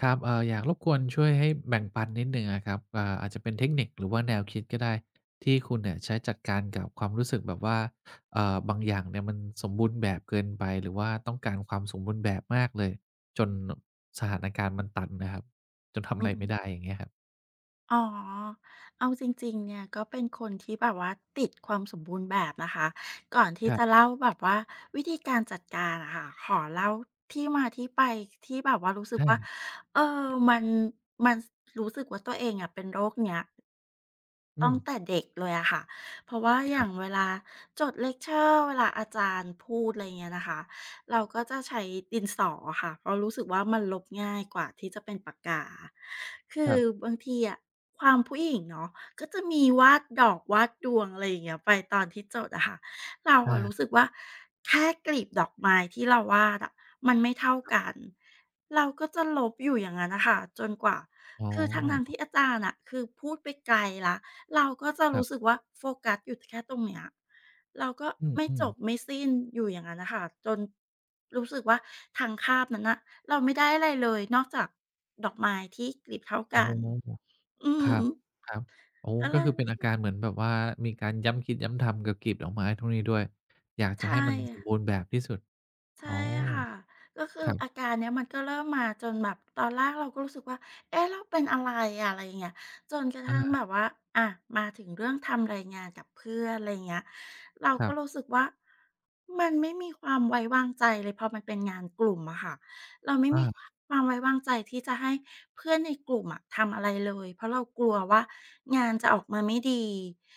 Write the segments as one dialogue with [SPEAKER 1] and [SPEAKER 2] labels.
[SPEAKER 1] ครับอยากรบกวนช่วยให้แบ่งปันนิดหนึ่งอะครับอาจจะเป็นเทคนิคหรือว่าแนวคิดก็ได้ที่คุณเนี่ยใช้จัดการกับความรู้สึกแบบว่าบางอย่างเนี่ยมันสมบูรณ์แบบเกินไปหรือว่าต้องการความสมบูรณ์แบบมากเลยจนสถานการณ์มันตันนะครับจนทำ
[SPEAKER 2] อื
[SPEAKER 1] อะไรไม่
[SPEAKER 2] ม
[SPEAKER 1] ได้อย่างเงี้ยครับ
[SPEAKER 2] อ๋อเอาจริงๆเนี่ยก็เป็นคนที่แบบว่าติดความสมบูรณ์แบบนะคะ ก่อนที่
[SPEAKER 1] ครั
[SPEAKER 2] จะ
[SPEAKER 1] บ
[SPEAKER 2] เล่าแบบว่าวิธีการจัดการอะค่ะ ขอเล่าที่มาที่ไปที่แบบว่ารู้สึก
[SPEAKER 1] ได้
[SPEAKER 2] ว่า
[SPEAKER 1] เลย
[SPEAKER 2] เออมันมันรู้สึกว่าตัวเองอะเป็นโรคเนี้ย
[SPEAKER 1] อื
[SPEAKER 2] ตั้
[SPEAKER 1] ม
[SPEAKER 2] งแต่เด็กเลยอะค่ะเพราะว่าอ
[SPEAKER 1] ครั
[SPEAKER 2] ย่างเว
[SPEAKER 1] บ
[SPEAKER 2] ลาจดเลคเชอร์เวลาอาจารย์พูดอะไรเงี้ยนะคะเราก็จะใช้ดินสออะค่ะเพราะรู้สึกว่ามันลบง่ายกว่าที่จะเป็นปากกาคื
[SPEAKER 1] ค
[SPEAKER 2] อ
[SPEAKER 1] รับ
[SPEAKER 2] บางทีอะความผู้หญิงเนาะก็จะมีวาดดอกวาดดวงอะไรอย่างเงี้ยไปตอนที่จดอะค่ะเรา
[SPEAKER 1] อา
[SPEAKER 2] อะรู้สึกว่าแค่กลีบดอกไม้ที่เราวาดอะมันไม่เท่ากัน เราก็จะลบอยู่อย่างงั้นน่ะค่ะจนกว่า
[SPEAKER 1] อ๋
[SPEAKER 2] คือทั้งๆ
[SPEAKER 1] อ
[SPEAKER 2] ที่อาจารย์น่ะคือพูดไปไกลแล้ว เราก็จะ
[SPEAKER 1] ครั
[SPEAKER 2] รู้สึก
[SPEAKER 1] บ
[SPEAKER 2] ว่าโฟกัสอยู่แค่ตรงเนี้ยเราก็
[SPEAKER 1] อื
[SPEAKER 2] ไม่จ
[SPEAKER 1] ม
[SPEAKER 2] บ
[SPEAKER 1] ๆ
[SPEAKER 2] ไม่สิ้นอยู่อย่างนั้นนะค่ะจนรู้สึกว่าทางคาบนั้นนะเราไม่ได้อะไรเลยนอกจากดอกไม้ที่กลีบเท่า
[SPEAKER 1] อ๋อ
[SPEAKER 2] กันอื
[SPEAKER 1] ครั
[SPEAKER 2] ม
[SPEAKER 1] บครับโอ้
[SPEAKER 2] อะไก
[SPEAKER 1] ก็คือเป็น
[SPEAKER 2] รู้
[SPEAKER 1] อา
[SPEAKER 2] สึ
[SPEAKER 1] กา
[SPEAKER 2] ก
[SPEAKER 1] รเหมือนแบบว่ามีการย้ำคิดย้ำทำกับกลีบดอกไม้พวกนี้ด้วยอยากจะให้
[SPEAKER 2] ใช่
[SPEAKER 1] มันสม
[SPEAKER 2] ค่ะ
[SPEAKER 1] บูรณ์แบบที่สุด
[SPEAKER 2] ใช่
[SPEAKER 1] อ๋อ
[SPEAKER 2] ค่ะ ก็คือ
[SPEAKER 1] ครั
[SPEAKER 2] อา
[SPEAKER 1] บ
[SPEAKER 2] การเนี้ยมันก็เริ่มมาจนแบบตอนแรกเราก็รู้สึกว่าเอ๊ะเราเป็นอะไรอะอะไรอย่างเงี้ยจนกระทั่งแบ
[SPEAKER 1] อา
[SPEAKER 2] บว่าอะมาถึงเรื่องทำรายงานกับเพื่อนอะไรอย่างเงี้ยเรา
[SPEAKER 1] ครั
[SPEAKER 2] ก็รู้
[SPEAKER 1] บ
[SPEAKER 2] สึกว่า มันไม่มีความไว้วางใจเลยพอมันเป็นงานกลุ่มอะค่ะเราไม่มีความ
[SPEAKER 1] อา
[SPEAKER 2] ความไว้วางใจที่จะให้เพื่อนในกลุ่มอะทำอะไรเลยเพราะเรากลัวว่างานจะออกมาไม่ดี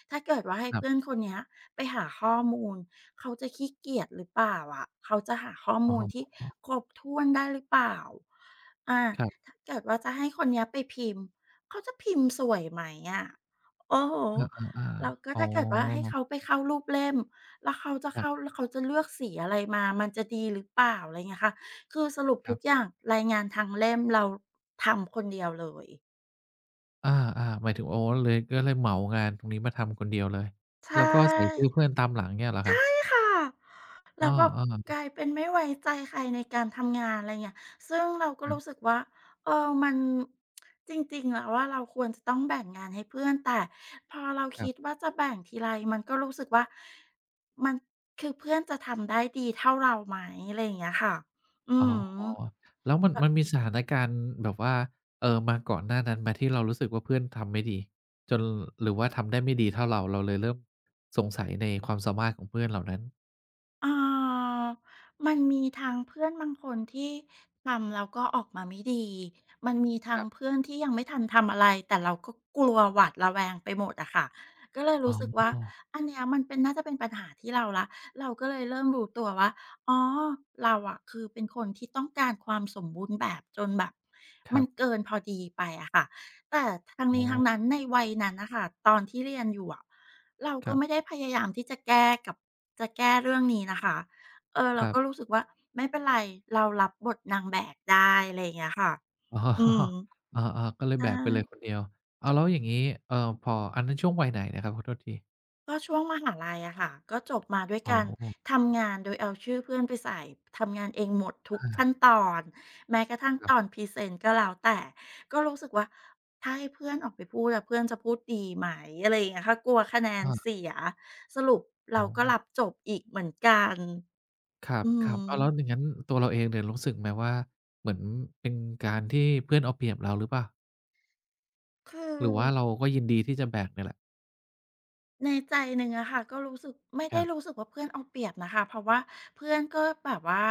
[SPEAKER 2] ถ้าเกิดว่าให้
[SPEAKER 1] ครั
[SPEAKER 2] เพื่อน
[SPEAKER 1] บ
[SPEAKER 2] คนเนี้ยไปหาข้อมูลเขาจะขี้เกียจหรือเปล่าอะเขาจะหาข้อ
[SPEAKER 1] อะ
[SPEAKER 2] มู
[SPEAKER 1] ฮ
[SPEAKER 2] ลที่
[SPEAKER 1] ะ
[SPEAKER 2] ครบถ้วนได้หรือเปล่าอา
[SPEAKER 1] ครับ
[SPEAKER 2] ถ้าเกิดว่าจะให้คนเนี้ยไปพิมพ์เขาจะพิมพ์สวยไหมอะโอ้โฮ
[SPEAKER 1] อา
[SPEAKER 2] แล้ว
[SPEAKER 1] ๆ
[SPEAKER 2] ก็
[SPEAKER 1] ๆอ๋อ
[SPEAKER 2] ถ้าเกิดว่าให้เขาไปเข้ารูปเล่มแล้วเขาจะ
[SPEAKER 1] ครั
[SPEAKER 2] เข้า
[SPEAKER 1] บ
[SPEAKER 2] แล้วเขาจะเลือกสีอะไรมามันจะดีหรือเปล่าอะไรเงี้ยค่ะคือสรุป
[SPEAKER 1] ค
[SPEAKER 2] ทุ
[SPEAKER 1] รั
[SPEAKER 2] กอ
[SPEAKER 1] บ
[SPEAKER 2] ย่างรายงานทั้งเล่มเราทำคนเดียวเลย
[SPEAKER 1] อาๆหมายถึงอ๋อเลยก็เลยเหมางานตรงนี้มาทำคนเดียวเลยแล้
[SPEAKER 2] ใช่
[SPEAKER 1] วก็ใส่ชื่อเพื่อนตามหลังเงี้ยเหรอครับ
[SPEAKER 2] ค่ะแล้
[SPEAKER 1] อ้
[SPEAKER 2] วแบบก
[SPEAKER 1] อ
[SPEAKER 2] ลายเป็นไม่ไว้ใจใครในการทำงานอะไรเงี้ยซึ่งเราก็
[SPEAKER 1] ๆครั
[SPEAKER 2] รู้สึก
[SPEAKER 1] บ
[SPEAKER 2] ว่าเออมันจริงๆแล้วว่าเราควรจะต้องแบ่งงานให้เพื่อนแต่พอเรา
[SPEAKER 1] ครั
[SPEAKER 2] คิด
[SPEAKER 1] บ
[SPEAKER 2] ว่าจะแบ่งทีไรมันก็รู้สึกว่ามันคือเพื่อนจะทำได้ดีเท่าเราไหมอะไรอย่างเงี้ยค่ะอื
[SPEAKER 1] อ๋อ
[SPEAKER 2] อฮ
[SPEAKER 1] แล้วมัน
[SPEAKER 2] ึ
[SPEAKER 1] มันมีสถานการณ์แบบว่ามาก่อนหน้านั้นไหมที่เรารู้สึกว่าเพื่อนทำไม่ดีจนหรือว่าทำได้ไม่ดีเท่าเราเราเลยเริ่มสงสัยในความสามารถของเพื่อนเหล่านั้น
[SPEAKER 2] อ่ามันมีทางเพื่อนบางคนที่ทำแล้วก็ออกมาไม่ดี มันมีทา
[SPEAKER 1] ค
[SPEAKER 2] ง
[SPEAKER 1] รั
[SPEAKER 2] เพื่
[SPEAKER 1] บ
[SPEAKER 2] อนที่ยังไม่ทันทำอะไรแต่เราก็กลัวหวาดระแวงไปหมดอะค่ะก็เลย
[SPEAKER 1] อ๋อ
[SPEAKER 2] รู้สึกว่าอันเนี้ยมันเป็นน่าจะเป็นปัญหาที่เราละเราก็เลยเริ่มรู้ตัวว่าอ๋อเราอะคือเป็นคนที่ต้องการความสมบูรณ์แบบจนแบบ
[SPEAKER 1] ค
[SPEAKER 2] มั
[SPEAKER 1] รั
[SPEAKER 2] น
[SPEAKER 1] บ
[SPEAKER 2] เกินพอดีไปอะค่ะแต่ทาง
[SPEAKER 1] อ๋
[SPEAKER 2] นี้
[SPEAKER 1] อ
[SPEAKER 2] ทางนั้นในวัยนั้นนะคะตอนที่เรียนอยู่อะ เรา
[SPEAKER 1] ค
[SPEAKER 2] ก็
[SPEAKER 1] รั
[SPEAKER 2] ไม่ได้
[SPEAKER 1] บ
[SPEAKER 2] พยายามที่จะแก้กับจะแก้เรื่องนี้นะคะเออ
[SPEAKER 1] ค
[SPEAKER 2] เรา
[SPEAKER 1] รั
[SPEAKER 2] ก็รู้
[SPEAKER 1] บ
[SPEAKER 2] สึกว่าไม่เป็นไรเรารับบทนางแบกได้อะไรอย่างเงี้ยค่ะอืม
[SPEAKER 1] อ๋ออาๆก็เลย
[SPEAKER 2] ใช่
[SPEAKER 1] แบกไปเลยคนเดียวอ้าวแล้วอย่างงี้เอ่อพออันนั้นช่วงวัยไหนนะครับขอโทษที
[SPEAKER 2] ก็ช่วงมหาลัยอะค่ะก็จบมาด้วย
[SPEAKER 1] อ๋
[SPEAKER 2] การ
[SPEAKER 1] อ
[SPEAKER 2] ทำงานโดยเอาชื่อเพื่อนไปใส่ทำงานเองหมดทุกขั้น
[SPEAKER 1] อา
[SPEAKER 2] ตอนแม้กระทั่ง
[SPEAKER 1] ครั
[SPEAKER 2] ตอน
[SPEAKER 1] บ
[SPEAKER 2] พรีเซนต์ก็แล้วแต่ก็รู้สึกว่าถ้าให้เพื่อนออกไปพูดอะเพื่อนจะพูดดีไหมอะไรอย่างเงี้ยค่ะกลัวคะแนน
[SPEAKER 1] อา
[SPEAKER 2] เสียสรุป
[SPEAKER 1] อ๋
[SPEAKER 2] เรา
[SPEAKER 1] อ
[SPEAKER 2] ก็รับจบอีกเหมือนกัน
[SPEAKER 1] คร
[SPEAKER 2] อื
[SPEAKER 1] ับๆอ้า
[SPEAKER 2] ม
[SPEAKER 1] วแล้วอย่างงั้นตัวเราเองเนี่ยรู้สึกไหมว่าเหมือนเป็นการที่เพื่อนเอาเปรียบเราหรือเปล่า
[SPEAKER 2] คือ
[SPEAKER 1] หรือว่าเราก็ยินดีที่จะแบกเนี่ยแหละ
[SPEAKER 2] ในใจหนึ่งอะค่ะก็รู้สึกไม่
[SPEAKER 1] ค
[SPEAKER 2] ได้
[SPEAKER 1] รั
[SPEAKER 2] รู้
[SPEAKER 1] บ
[SPEAKER 2] สึกว่าเพื่อนเอาเปรียบนะคะเพราะว่าเพื่อนก็แบบว่า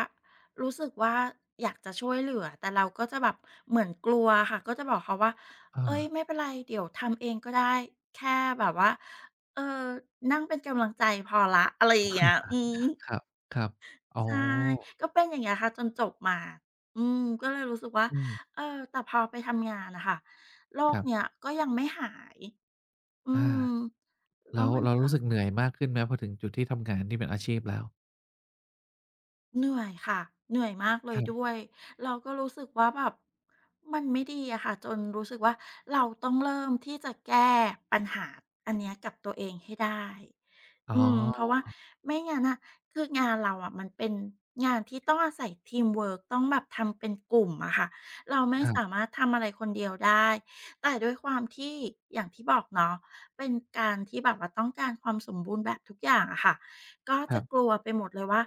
[SPEAKER 2] รู้สึกว่าอยากจะช่วยเหลือแต่เราก็จะแบบเหมือนกลัวค่ะก็จะบอกเขาว่า
[SPEAKER 1] อา
[SPEAKER 2] เอ้ยไม่เป็นไรเดี๋ยวทำเองก็ได้แค่แบบว่าเออนั่งเป็นกำลังใจพอละอะไรอย่างเงี้ยอืม
[SPEAKER 1] ครับๆอ๋
[SPEAKER 2] ใช่
[SPEAKER 1] อ
[SPEAKER 2] ก็เป็นอย่างเงี้ยค่ะจนจบมาอืมก็เลยรู้สึกว่า
[SPEAKER 1] อืม
[SPEAKER 2] เออแต่พอไปทำงานนะคะโร
[SPEAKER 1] ค
[SPEAKER 2] ค
[SPEAKER 1] รั
[SPEAKER 2] เนี้ย
[SPEAKER 1] บ
[SPEAKER 2] ก็ยังไม่หาย อื
[SPEAKER 1] อา
[SPEAKER 2] มแล้
[SPEAKER 1] แล้
[SPEAKER 2] ว
[SPEAKER 1] ว
[SPEAKER 2] มันก็
[SPEAKER 1] รู้สึกเหนื่อยมากขึ้นไหมพอถึงจุดที่ทำงานที่เป็นอาชีพแล้ว
[SPEAKER 2] เหนื่อยค่ะเหนื่อยมากเล
[SPEAKER 1] ค
[SPEAKER 2] ย
[SPEAKER 1] รั
[SPEAKER 2] ด้
[SPEAKER 1] บ
[SPEAKER 2] วยเราก็รู้สึกว่าแบบมันไม่ดีอะค่ะจนรู้สึกว่าเราต้องเริ่มที่จะแก้ปัญหาอันเนี้ยกับตัวเองให้ได้
[SPEAKER 1] อ๋
[SPEAKER 2] อืมเพราะว่า
[SPEAKER 1] อ
[SPEAKER 2] ไม่งั้นน่ะคืองานเราอะมันเป็นงานที่ต้องอาศัยทีมเวิร์กต้องแบบทำเป็นกลุ่มอะค่ะเราไม่
[SPEAKER 1] ครั
[SPEAKER 2] สา
[SPEAKER 1] บ
[SPEAKER 2] มารถทำอะไรคนเดียวได้แต่ด้วยความที่อย่างที่บอกเนาะเป็นการที่แบบว่าต้องการความสมบูรณ์แบบทุกอย่างอะค่ะก็
[SPEAKER 1] ค
[SPEAKER 2] จะ
[SPEAKER 1] รั
[SPEAKER 2] ก
[SPEAKER 1] บ
[SPEAKER 2] ลัวไปหมดเลยว่า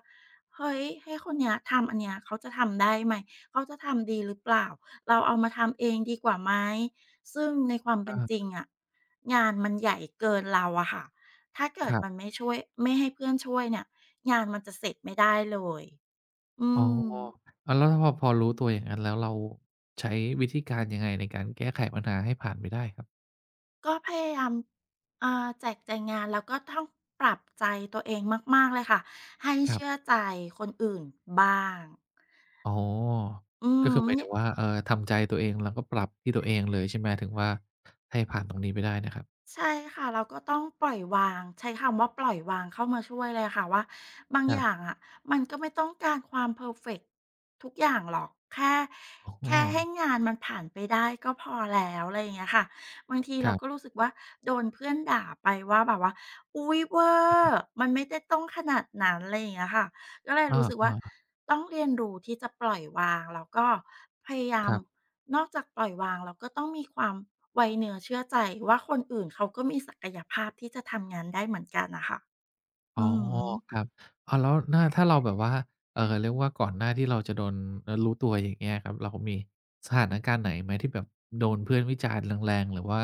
[SPEAKER 2] เฮ้ยให้คนเนี้ยทำอันเนี้ยเขาจะทำได้ไหมเขาจะทำดีหรือเปล่าเราเอามาทำเองดีกว่าไหมซึ่งในความเป็
[SPEAKER 1] อา
[SPEAKER 2] นจริงอะงานมันใหญ่เกินเราอะค่ะ ถ้าเกิ
[SPEAKER 1] ค
[SPEAKER 2] ด
[SPEAKER 1] รั
[SPEAKER 2] มัน
[SPEAKER 1] บ
[SPEAKER 2] ไม่ช่วยไม่ให้เพื่อนช่วยเนี่ยงานมันจะเสร็จไม่ได้เลย อื
[SPEAKER 1] อ๋อ
[SPEAKER 2] ม
[SPEAKER 1] อ้าวแล้วพอรู้ตัวอย่างงั้นแล้วเราใช้วิธีการยังไงในการแก้ไขปัญหาให้ผ่านไปได้ครับ
[SPEAKER 2] ก็พยายามอ่าแจกแจงงานแล้วก็ต้องปรับใจตัวเองมากๆเลยค่ะให้
[SPEAKER 1] ครั
[SPEAKER 2] เชื่อ
[SPEAKER 1] บ
[SPEAKER 2] ใจคนอื่นบ้าง
[SPEAKER 1] อ๋อ
[SPEAKER 2] อื
[SPEAKER 1] ก็คือห
[SPEAKER 2] ม
[SPEAKER 1] มายถึงว่าทำใจตัวเองแล้วก็ปรับที่ตัวเองเลยใช่ไหมถึงว่าให้ผ่านตรงนี้ไปได้นะครับ
[SPEAKER 2] ใช่ค่ะเราก็ต้องปล่อยวางใช้คำว่าปล่อยวางเข้ามาช่วยเลยค่ะว่าบาง
[SPEAKER 1] ค
[SPEAKER 2] อ
[SPEAKER 1] รับ
[SPEAKER 2] ย่างอะมันก็ไม่ต้องการความเพอร์เฟกต์ทุกอย่างหรอกแค่
[SPEAKER 1] อ๋อ
[SPEAKER 2] ให้งานมันผ่านไปได้ก็พอแล้วอะไรอย่างเงี้ยค่ะบางที
[SPEAKER 1] ค
[SPEAKER 2] เรา
[SPEAKER 1] รั
[SPEAKER 2] ก็
[SPEAKER 1] บ
[SPEAKER 2] รู้สึกว่าโดนเพื่อนด่าไปว่าแบบว่าอุ๊ยเวอร์มันไม่ได้ต้องขนาดนั้นอะไรอย่างเงี้ยค่ะก็เลย
[SPEAKER 1] อา
[SPEAKER 2] รู้สึกว่าต้องเรียนรู้ที่จะปล่อยวางแล้วก็พยายา
[SPEAKER 1] ๆค
[SPEAKER 2] ม
[SPEAKER 1] รับ
[SPEAKER 2] นอกจากปล่อยวางเราก็ต้องมีความ ไว้เนื้อเชื่อใจว่าคนอื่นเขาก็มีศักยภาพที่จะทำงานได้เหมือนกันนะคะ
[SPEAKER 1] อ๋อ
[SPEAKER 2] อืม
[SPEAKER 1] ครับอ้าวแล้วน่าถ้าเราแบบว่าเรียกว่าก่อนหน้าที่เราจะโดนรู้ตัวอย่างเงี้ยครับเรามีสถานการณ์ไหนไหมที่แบบโดนเพื่อนวิจารณ์แรงๆหรือว่า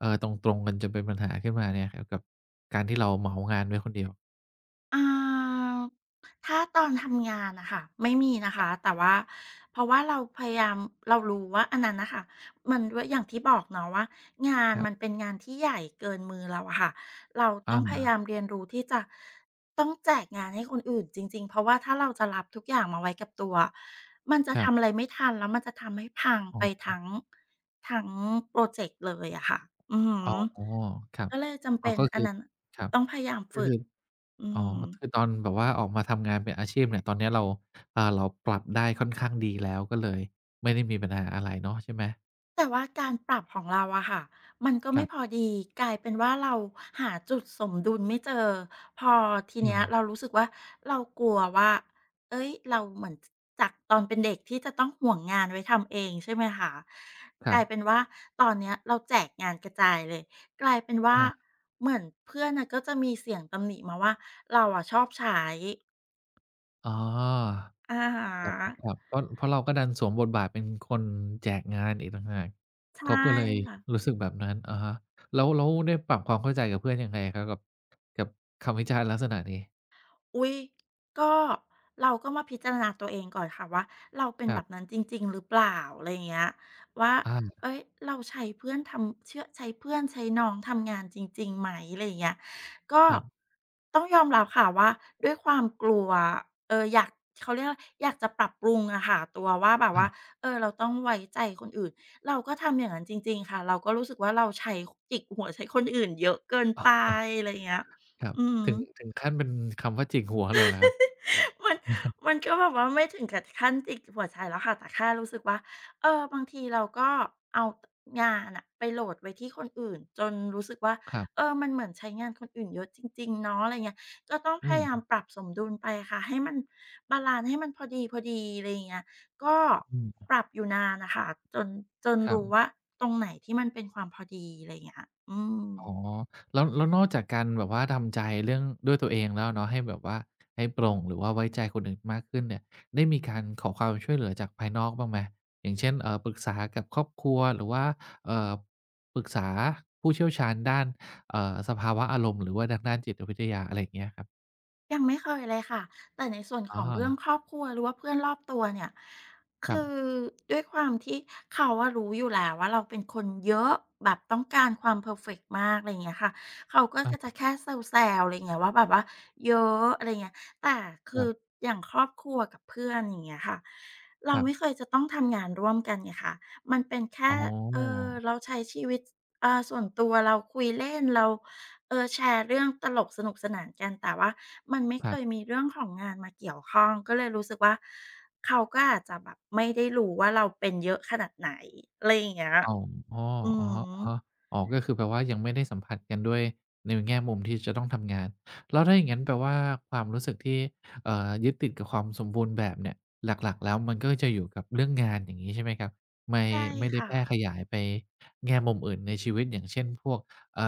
[SPEAKER 1] ตรงๆกันจนเป็นปัญหาขึ้นมาเนี่ยครับกับการที่เราเหมางานไว้คนเดียว
[SPEAKER 2] อ่าถ้าตอนทำงานน่ะค่ะไม่มีนะ
[SPEAKER 1] ครั
[SPEAKER 2] คะ
[SPEAKER 1] บ
[SPEAKER 2] แต่ว่าเพราะว่าเราพยายามเรารู้ว่าอันนั้นน่ะค่ะมันด้วยอย่างที่บอกเนาะว่างาน
[SPEAKER 1] ครั
[SPEAKER 2] มัน
[SPEAKER 1] บ
[SPEAKER 2] เป็นงานที่ใหญ่เกินมือเราอะค่ะเราต้องพยา
[SPEAKER 1] อา
[SPEAKER 2] ยามเรียนรู้ที่จะต้องแจกงานให้คนอื่นจริงๆเพราะว่าถ้าเราจะรับทุกอย่างมาไว้กับตัวมันจะ
[SPEAKER 1] ครั
[SPEAKER 2] ทำอะ
[SPEAKER 1] บ
[SPEAKER 2] ไรไม่ทันแล้วมันจะทำให้พัง
[SPEAKER 1] อ๋
[SPEAKER 2] ไป
[SPEAKER 1] อ
[SPEAKER 2] ทั้งพรอเจกต์เลยอะค่ะอือฮึ
[SPEAKER 1] อ๋อครับ
[SPEAKER 2] ก็เลยจำ
[SPEAKER 1] อ๋อ
[SPEAKER 2] เป็น
[SPEAKER 1] ก็
[SPEAKER 2] อั
[SPEAKER 1] คื
[SPEAKER 2] น
[SPEAKER 1] อ
[SPEAKER 2] นั้น
[SPEAKER 1] ครับ
[SPEAKER 2] ต้องพยายาม
[SPEAKER 1] ก็
[SPEAKER 2] ฝึก
[SPEAKER 1] คือ
[SPEAKER 2] อือ
[SPEAKER 1] อ๋อ
[SPEAKER 2] ฮึ
[SPEAKER 1] คือตอนแบบว่าออกมาทำงานเป็นอาชีพเนี่ยตอนเนี้ยเราเราปรับได้ค่อนข้างดีแล้วก็เลยไม่ได้มีปัญหาอะไรเนาะใช่ไหม
[SPEAKER 2] แต่ว่าการปรับของเราอะค่ะมันก็
[SPEAKER 1] ค
[SPEAKER 2] ไม่
[SPEAKER 1] รั
[SPEAKER 2] พอ
[SPEAKER 1] บ
[SPEAKER 2] ดีกลายเป็นว่าเราหาจุดสมดุลไม่เจอพอที
[SPEAKER 1] เหร
[SPEAKER 2] เนี้ย
[SPEAKER 1] อ
[SPEAKER 2] เรารู้สึกว่าเรากลัวว่าเอ้ยเราเหมือนจจากตอนเป็นเด็กที่จะต้องห่วงงานไว้ทำเองใช่ไหมคะ
[SPEAKER 1] ค
[SPEAKER 2] ก
[SPEAKER 1] รั
[SPEAKER 2] ลายเป็น
[SPEAKER 1] บ
[SPEAKER 2] ว่าตอนเนี้ยเราแจกงานกระจายเลยกลายเป็นว่า
[SPEAKER 1] อา
[SPEAKER 2] เหมือนเพื่อนน่ะก็จะมีเสียงตำหนิมาว่าเราฉาย
[SPEAKER 1] อ๋อ
[SPEAKER 2] อะฮะ
[SPEAKER 1] ครับครับเพราะเราก็ดันสวมบทบาทเป็นคนแจกงานอีกต่างหาก
[SPEAKER 2] ใช่
[SPEAKER 1] เขาก็เลย
[SPEAKER 2] ค่ะ
[SPEAKER 1] รู้สึกแบบนั้นอะฮะแล้วได้ปรับความเข้าใจกับเพื่อนยังไงครับกับกับคำวิจารณ์ลักษณะนี้
[SPEAKER 2] อุ๊ยก็เราก็มาพิจารณาตัวเองก่อนค่ะว่าเราเป็น
[SPEAKER 1] ค
[SPEAKER 2] แบ
[SPEAKER 1] รั
[SPEAKER 2] บนั้
[SPEAKER 1] บ
[SPEAKER 2] นจริงๆหรือเปล่าอะไรอย่างเงี้ยว่า
[SPEAKER 1] อา
[SPEAKER 2] เฮ้ยเราใช้เพื่อนใช้น้องทำงานจริงๆไหมอะไรอย่างเงี้ยก็
[SPEAKER 1] ครับ
[SPEAKER 2] ต้องยอมรับค่ะว่าด้วยความกลัวอยากเขาเรียกว่าอยากจะปรับปรุงอะค่ะตัวว่าแบบ
[SPEAKER 1] อา
[SPEAKER 2] ว่าเออเราต้องไว้ใจคนอื่นเราก็ทำอย่างนั้นจริงๆค่ะเราก็รู้สึกว่าเราใช้จิกหัวใช้คนอื่นเยอะเกิน
[SPEAKER 1] อ๋
[SPEAKER 2] ไป
[SPEAKER 1] อ
[SPEAKER 2] อะไรอย่างเงี้ย
[SPEAKER 1] ครับ
[SPEAKER 2] อือฮึ
[SPEAKER 1] ถึงขั้นเป็นคำว่าจิกหัวเลยเหรอครับ
[SPEAKER 2] มันมันก็แบบว่าไม่ถึงกับขั้นจิกหัวใจแล้วค่ะแต่แค่รู้สึกว่าเออบางทีเราก็เอางานอะไปโหลดไว้ที่คนอื่นจนรู้สึกว่า
[SPEAKER 1] ครั
[SPEAKER 2] เอ
[SPEAKER 1] บ
[SPEAKER 2] อมันเหมือนใช้งานคนอื่นเยอะจริงๆเนาะอะไรเงี้ยก็ต้อง
[SPEAKER 1] อื
[SPEAKER 2] พยายาม
[SPEAKER 1] ม
[SPEAKER 2] ปรับสมดุลไปค่ะให้มันบาลันซ์ให้มันพอดีๆอะไรเงี้ยก็
[SPEAKER 1] อืม
[SPEAKER 2] ปรับอยู่นานน่ะค่ะจนจน
[SPEAKER 1] ครั
[SPEAKER 2] รู้ว่า
[SPEAKER 1] บ
[SPEAKER 2] ตรงไหนที่มันเป็นความพอดีอะไรเงี้ยอืม
[SPEAKER 1] อ๋อแล้วนอกจากการแบบว่าทำใจเรื่องด้วยตัวเองแล้วเนาะให้แบบว่าให้ปลงหรือว่าไว้ใจคนอื่นมากขึ้นเนี่ยได้มีการขอความช่วยเหลือจากภายนอกบ้างไหมอย่างเช่นปรึกษากับครอบครัวหรือว่าเอ่อปรึกษาผู้เชี่ยวชาญด้านสภาวะอารมณ์หรือว่าทางด้านจิตวิทยาอะไรอย่างเงี้ยครับ
[SPEAKER 2] ยังไม่เคยเลยค่ะแต่ในส่วนข
[SPEAKER 1] อ๋อ
[SPEAKER 2] องเรื่องครอบครัวหรือว่าเพื่อนรอบตัวเนี่ย
[SPEAKER 1] ครั
[SPEAKER 2] คือ
[SPEAKER 1] บ
[SPEAKER 2] ด้วยความที่เขาอะรู้อยู่แล้วว่าเราเป็นคนเยอะแบบต้องการความเพอร์เฟกต์มากอะไรอย่างเงี้ยค่ะเขาก็
[SPEAKER 1] อา
[SPEAKER 2] ก็
[SPEAKER 1] ค
[SPEAKER 2] จะ
[SPEAKER 1] รับ
[SPEAKER 2] แค่แซวๆอะไรอย่างเงี้ยว่าแบบว่าเยอะอะไรอย่างเงี้ยแต่คืออย่างครอบครัวกับเพื่อนอย่างเงี้ยค่ะเรา
[SPEAKER 1] ครั
[SPEAKER 2] ไม่เค
[SPEAKER 1] บ
[SPEAKER 2] ยจะต้องทำงานร่วมกันไงคะมันเป็นแค่
[SPEAKER 1] อ๋อ
[SPEAKER 2] เราใช้ชีวิตส่วนตัวเราคุยเล่นเราแชร์เรื่องตลกสนุกสนานกันแต่ว่า มันไม่
[SPEAKER 1] ค
[SPEAKER 2] เค
[SPEAKER 1] รั
[SPEAKER 2] ย
[SPEAKER 1] บ
[SPEAKER 2] มีเรื่องของงานมาเกี่ยวข้องก็เลยรู้สึกว่าเขาก็อาจจะแบบไม่ได้รู้ว่าเราเป็นเยอะขนาดไหนอะไรอย่างเงี้ย
[SPEAKER 1] อ๋อ
[SPEAKER 2] อื
[SPEAKER 1] อะฮะ
[SPEAKER 2] ม
[SPEAKER 1] อะฮะอ๋อก็คือแปลว่ายังไม่ได้สัมผัสกันด้วยในแง่มุมที่จะต้องทำงานแล้วถ้าอย่างงั้นแปลว่าความรู้สึกที่ยึดติดกับความสมบูรณ์แบบเนี่ยหลักๆแล้วมันก็จะอยู่กับเรื่องงานอย่างงี้ใช่ไหมครับไม่
[SPEAKER 2] ใช่
[SPEAKER 1] ได้
[SPEAKER 2] ค่ะ
[SPEAKER 1] แพร่ขยายไปแง่มุมอื่นในชีวิตอย่างเช่นพวกเอ่อ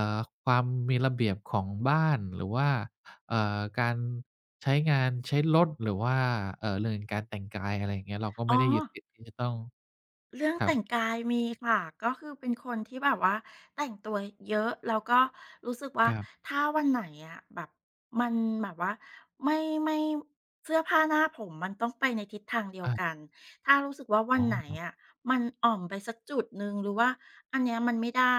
[SPEAKER 1] ความมีระเบียบของบ้านหรือว่าเอ่อการใช้งานใช้รถหรือว่าเรื่องการแต่งกายอะไรอย่างเงี้ยเราก็
[SPEAKER 2] อ๋
[SPEAKER 1] ไม่
[SPEAKER 2] อ
[SPEAKER 1] ได้ยึดติดที่จะต้อง
[SPEAKER 2] เรื่อง
[SPEAKER 1] ครั
[SPEAKER 2] แต่ง
[SPEAKER 1] บ
[SPEAKER 2] กายมีค่ะก็คือเป็นคนที่แบบว่าแต่งตัวเยอะแล้วก็รู้สึกว่า
[SPEAKER 1] ครับ
[SPEAKER 2] ถ้าวันไหนอะแบบมันแบบว่าไม่ไม่เสื้อผ้าหน้าผมมันต้องไปในทิศทางเดียวกั
[SPEAKER 1] อา
[SPEAKER 2] นถ้ารู้สึกว่าวั
[SPEAKER 1] อ๋
[SPEAKER 2] นไหน
[SPEAKER 1] อ
[SPEAKER 2] อะมันอ่อมไปสักจุดหนึ่งหรือว่าอันเนี้ยมันไม่ได้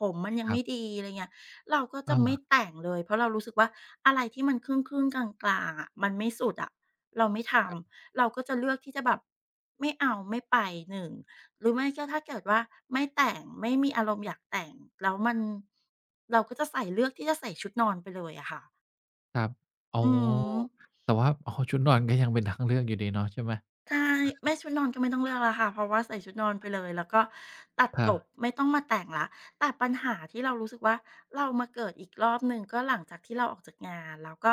[SPEAKER 2] ผมมันยัง
[SPEAKER 1] ครั
[SPEAKER 2] ไม่
[SPEAKER 1] บ
[SPEAKER 2] ดีอะไรเงี้ยเราก็จะไม่
[SPEAKER 1] อา
[SPEAKER 2] แต่งเลยเพราะเรารู้สึกว่าอะไรที่มันครึ่งๆกลางๆอะมันไม่สุดอะเราไม่ท
[SPEAKER 1] ครับ
[SPEAKER 2] ำเราก็จะเลือกที่จะแบบไม่เอาไม่ไปหนึ่ง หรือไม่ก็ถ้าเกิดว่าไม่แต่งไม่มีอารมณ์อยากแต่งแล้วมันเราก็จะใส่เลือกที่จะใส่ชุดนอนไปเลยอะค่ะ
[SPEAKER 1] ครับอ๋อ
[SPEAKER 2] อือ
[SPEAKER 1] แต่ว่าอ๋อชุดนอนก็ยังเป็นทางเลือกอยู่ดีเนาะใช่ไหม
[SPEAKER 2] ใช่ไม่ชุดนอนก็ไม่ต้องเลือกแล้วค่ะเพราะว่าใส่ชุดนอนไปเลยแล้วก็ตัด
[SPEAKER 1] ค
[SPEAKER 2] จ
[SPEAKER 1] รับ
[SPEAKER 2] บไม่ต้องมาแต่งแล้วแต่ปัญหาที่เรารู้สึกว่าเรามาเกิดอีกรอบหนึ่งก็หลังจากที่เราออกจากงานแล้วก็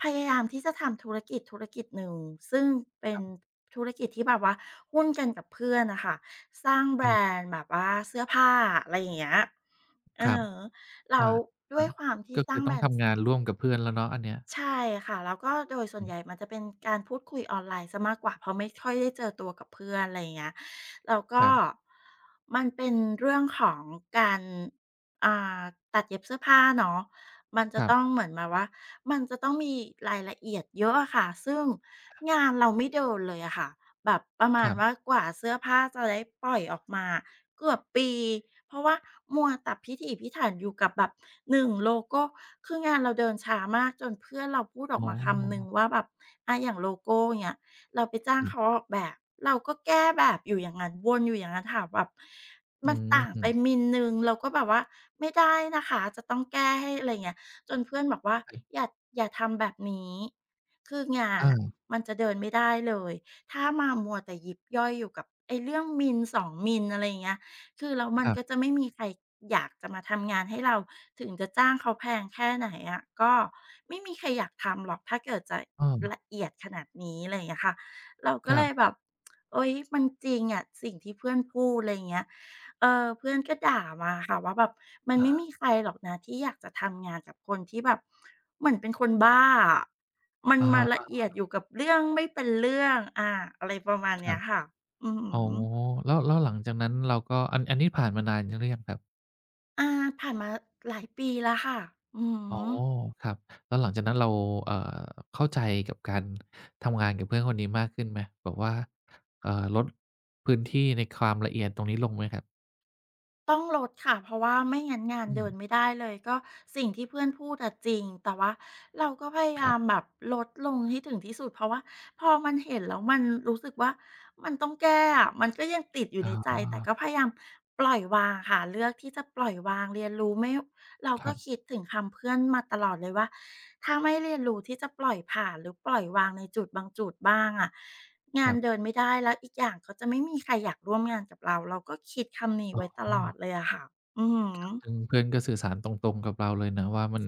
[SPEAKER 2] พยายามที่จะทำธุรกิจหนึ่งซึ่งเป็
[SPEAKER 1] ค
[SPEAKER 2] น
[SPEAKER 1] รับ
[SPEAKER 2] ธุรกิจที่แบบว่าหุ้นกันกับเพื่อนน่ะค่ะสร้างแบร
[SPEAKER 1] อา
[SPEAKER 2] นด์แบบว่าเสื้อผ้าอะไรอย่างเงี้ยออ
[SPEAKER 1] ครับ
[SPEAKER 2] ฮะแล้ว
[SPEAKER 1] อาครับก็คือต้องทำงานร่วมกับเพื่อนแล้วเนาะอันเนี้ย
[SPEAKER 2] ใช่ค่ะแล้วก็โดยส่วน
[SPEAKER 1] อื
[SPEAKER 2] ให
[SPEAKER 1] ม
[SPEAKER 2] ญ่มันจะเป็นการพูดคุยออนไลน์เสียมากกว่าเพราะไม่ค่อยได้เจอตัวกับเพื่อนอะไรอย่างเงี้ยแล้วก็
[SPEAKER 1] ครับ
[SPEAKER 2] มันเป็นเรื่องของการอ่าตัดเย็บเสื้อผ้าเนาะมันจะ
[SPEAKER 1] ครั
[SPEAKER 2] ต้อง
[SPEAKER 1] บ
[SPEAKER 2] เหมือนแบบว่ามันจะต้องมีรายละเอียดเยอะอะค่ะซึ่งงานเราไม่เดินเลยอะค่ะ แบบประมา
[SPEAKER 1] ค
[SPEAKER 2] ณ
[SPEAKER 1] รับ
[SPEAKER 2] ว่ากว่าเสื้อผ้าจะได้ปล่อยออกมาเกือบปีเพราะว่ามัวแต่พิถีพิถันอยู่กับแบบหนึ่งโลโกคืองานเราเดินช้ามากจนเพื่อนเราพูดอ
[SPEAKER 1] อ๋
[SPEAKER 2] อ
[SPEAKER 1] อ
[SPEAKER 2] กมาคำหนึ่งว่าแบบอาอย่างโลโก้เนี่ยเราไป
[SPEAKER 1] ค
[SPEAKER 2] จ้าง
[SPEAKER 1] รั
[SPEAKER 2] เขา
[SPEAKER 1] บ
[SPEAKER 2] ออกแบบเราก็แก้แบบอยู่อย่างนั้นวนอยู่อย่างนั้นถามแบบ
[SPEAKER 1] อื
[SPEAKER 2] มันต่างไป
[SPEAKER 1] ม
[SPEAKER 2] มิลหนึ่งเราก็แบบว่าไม่ได้นะคะจะต้องแก้ให้อะไรเงี้ยจนเพื่อนบอกว่า
[SPEAKER 1] ครับ
[SPEAKER 2] อย่าอย่าทำแบบนี้คืองาน
[SPEAKER 1] อา
[SPEAKER 2] อ่ะมันจะเดินไม่ได้เลย ถ้ามามัวแต่ยิบย่อยอยู่กับไอ้เรื่องมิล2มิลอะไรอย่างเงี้ยคือแล้ว
[SPEAKER 1] ค
[SPEAKER 2] มัน
[SPEAKER 1] รั
[SPEAKER 2] ก็
[SPEAKER 1] บ
[SPEAKER 2] จะไม่มีใครอยากจะมาทำงานให้เราถึงจะจ้างเขาแพงแค่ไหนอะก็ไม่มีใครอยากทำหรอกถ้าเกิดจะ
[SPEAKER 1] อ้อ
[SPEAKER 2] ละเอียดขนาดนี้อะไรอย่างเงี้ยค่ะเราก็
[SPEAKER 1] ครั
[SPEAKER 2] เลย
[SPEAKER 1] บ
[SPEAKER 2] แบบเฮ้ยมันจริงอะสิ่งที่เพื่อนพูดอะไรอย่างเงี้ยเออเพื่อนก็ด่ามาค่ะว่าแบบมันไม่มีใครหรอกนะที่อยากจะทำงานกับคนที่แบบเหมือนเป็นคนบ้าอะ มัน
[SPEAKER 1] อะ
[SPEAKER 2] มาละ
[SPEAKER 1] ฮะ
[SPEAKER 2] เอียดอยู่กับเรื่องไม่เป็นเรื่องอาอะไรประมาณ
[SPEAKER 1] ครั
[SPEAKER 2] เนี้ย
[SPEAKER 1] บ
[SPEAKER 2] ค่ะ อือฮึ
[SPEAKER 1] อ๋อแล้วหลังจากนั้นเราก็อันนี้ผ่านมานานยังหรือยังครับ
[SPEAKER 2] อาผ่านมาหลายปีแล้วค่ะอือ
[SPEAKER 1] อ๋อ
[SPEAKER 2] ฮึ
[SPEAKER 1] ครับ แล้วหลังจากนั้นเราเอ่อเข้าใจกับการทำงานกับเพื่อนคนนี้มากขึ้นไหมแบบว่าลดพื้นที่ในความละเอียดตรงนี้ลงไหมครับ
[SPEAKER 2] ต้องลดค่ะเพราะว่าไม่งั้นงาน
[SPEAKER 1] อืม
[SPEAKER 2] เดินไม่ได้เลยก็สิ่งที่เพื่อนพูดอะจริงแต่ว่าเราก็พยา
[SPEAKER 1] ค
[SPEAKER 2] ยา
[SPEAKER 1] รั
[SPEAKER 2] ม
[SPEAKER 1] บ
[SPEAKER 2] แบบลดลงให้ถึงที่สุดเพราะว่าพอมันเห็นแล้วมันรู้สึกว่ามันต้องแก้อะมันก็ยังติดอยู่
[SPEAKER 1] อ๋
[SPEAKER 2] ในใจแต่ก็
[SPEAKER 1] อ
[SPEAKER 2] พยายามปล่อยวางค่ะเลือกที่จะปล่อยวางเรียนรู้ไม่ เรา
[SPEAKER 1] ค
[SPEAKER 2] ก็
[SPEAKER 1] ร
[SPEAKER 2] คิดถึงคำเพื่อนมาตลอดเลยว่าถ้าไม่เรียนรู้ที่จะปล่อยผ่านหรือปล่อยวางในจุดบางจุดบ้างอะงาน
[SPEAKER 1] ับๆ
[SPEAKER 2] เดินไม่ได้แล้วอีกอย่างก็จะไม่มีใครอยากร่วมงานกับเราเราก็คิดคำนี้
[SPEAKER 1] อ๋
[SPEAKER 2] ไว้
[SPEAKER 1] อ
[SPEAKER 2] ตลอดเลยอะค่ะอือหือ
[SPEAKER 1] ซึ่งเพื่อนก็สื่อสารตรงๆกับเราเลยนะว่ามัน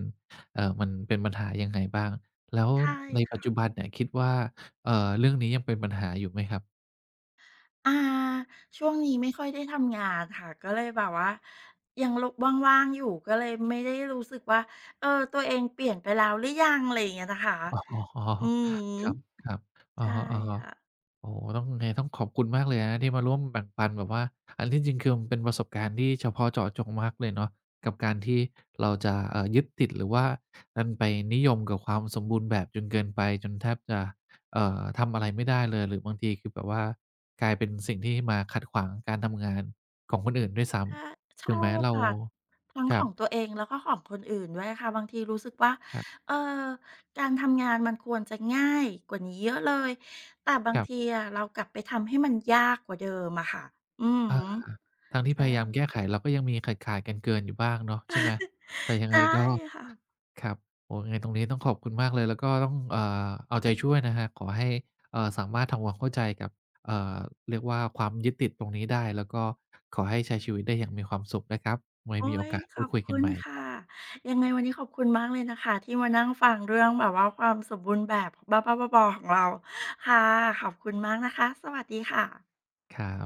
[SPEAKER 1] มันเป็นปัญหายังไงบ้างแล้ว
[SPEAKER 2] ใช่
[SPEAKER 1] ในปัจ
[SPEAKER 2] ค่ะ
[SPEAKER 1] จุบันเนี่ยคิดว่าเอ่อเรื่องนี้ยังเป็นปัญหาอยู่ไหมครับ
[SPEAKER 2] อ่าช่วงนี้ไม่ค่อยได้ทำงานค่ะก็เลยแบบว่ายังลุกว่างๆอยู่ก็เลยไม่ได้รู้สึกว่าเออตัวเองเปลี่ยนไปแล้วหรือยังอะไรอย่างเงี้ยนะคะ
[SPEAKER 1] อ๋อ
[SPEAKER 2] อืม
[SPEAKER 1] ครับๆอะ
[SPEAKER 2] ใช่
[SPEAKER 1] ฮะ
[SPEAKER 2] ค่ะ
[SPEAKER 1] ๆ โอ้โฮต้องไงต้องขอบคุณมากเลยนะที่มาร่วมแบ่งปันแบบว่าอันที่จริงคือมันเป็นประสบการณ์ที่เฉพาะเจาะจงมากเลยเนาะกับการที่เราจะยึดติดหรือว่าดันไปนิยมกับความสมบูรณ์แบบจนเกินไปจนแทบจะทำอะไรไม่ได้เลย หรือบางทีคือแบบว่ากลายเป็นสิ่งที่มาขัดขวางการทำงาน ของคนอื่นด้วยซ้
[SPEAKER 2] ใช่
[SPEAKER 1] ำ
[SPEAKER 2] ใช่
[SPEAKER 1] ถึงแม้เรา
[SPEAKER 2] ค่ะทั้ง
[SPEAKER 1] ค
[SPEAKER 2] ข
[SPEAKER 1] รั
[SPEAKER 2] อ
[SPEAKER 1] บ
[SPEAKER 2] งตัวเองแล้วก็ของคนอื่นด้วยค่ะบางทีรู้สึกว่า
[SPEAKER 1] ครับ
[SPEAKER 2] เออการทำงานมันควรจะง่ายกว่านี้เยอะเลยแต่บาง
[SPEAKER 1] ครั
[SPEAKER 2] ที
[SPEAKER 1] บ
[SPEAKER 2] อะเรากลับไปทำให้มันยากกว่าเดิมอะค่ะอือ
[SPEAKER 1] อา
[SPEAKER 2] ฮึ
[SPEAKER 1] ทางที่พ
[SPEAKER 2] ใช่
[SPEAKER 1] ยายามแก้ไขเราก็ยังมีขาดๆกันเกินอยู่บ้างเนาะใช่ไหมแต่ยังไง
[SPEAKER 2] ใช่
[SPEAKER 1] ก็
[SPEAKER 2] ค่ะ
[SPEAKER 1] ครับโอ้โฮยังไงตรงนี้ต้องขอบคุณมากเลยแล้วก็ต้องเอาใจช่วยนะครับขอให้สามารถทำความเข้าใจกับเอ่อเรียกว่าความยึดติดตรงนี้ได้แล้วก็ขอให้ใช้ชีวิตได้อย่างมีความสุขนะครับไว้
[SPEAKER 2] โอ๊
[SPEAKER 1] มีโอ
[SPEAKER 2] ย
[SPEAKER 1] กาส
[SPEAKER 2] ข
[SPEAKER 1] พู
[SPEAKER 2] อ
[SPEAKER 1] ด
[SPEAKER 2] บ
[SPEAKER 1] คุยกั
[SPEAKER 2] คุ
[SPEAKER 1] น
[SPEAKER 2] ณ
[SPEAKER 1] ใหม่ครั
[SPEAKER 2] ค่ะ
[SPEAKER 1] บ
[SPEAKER 2] ยังไงวันนี้ขอบคุณมากเลยนะคะที่มานั่งฟังเรื่องแบบว่าความสมบูรณ์แบบบ้าๆบอๆของเราค่ะขอบคุณมากนะคะสวัสดีค่ะ
[SPEAKER 1] ครับ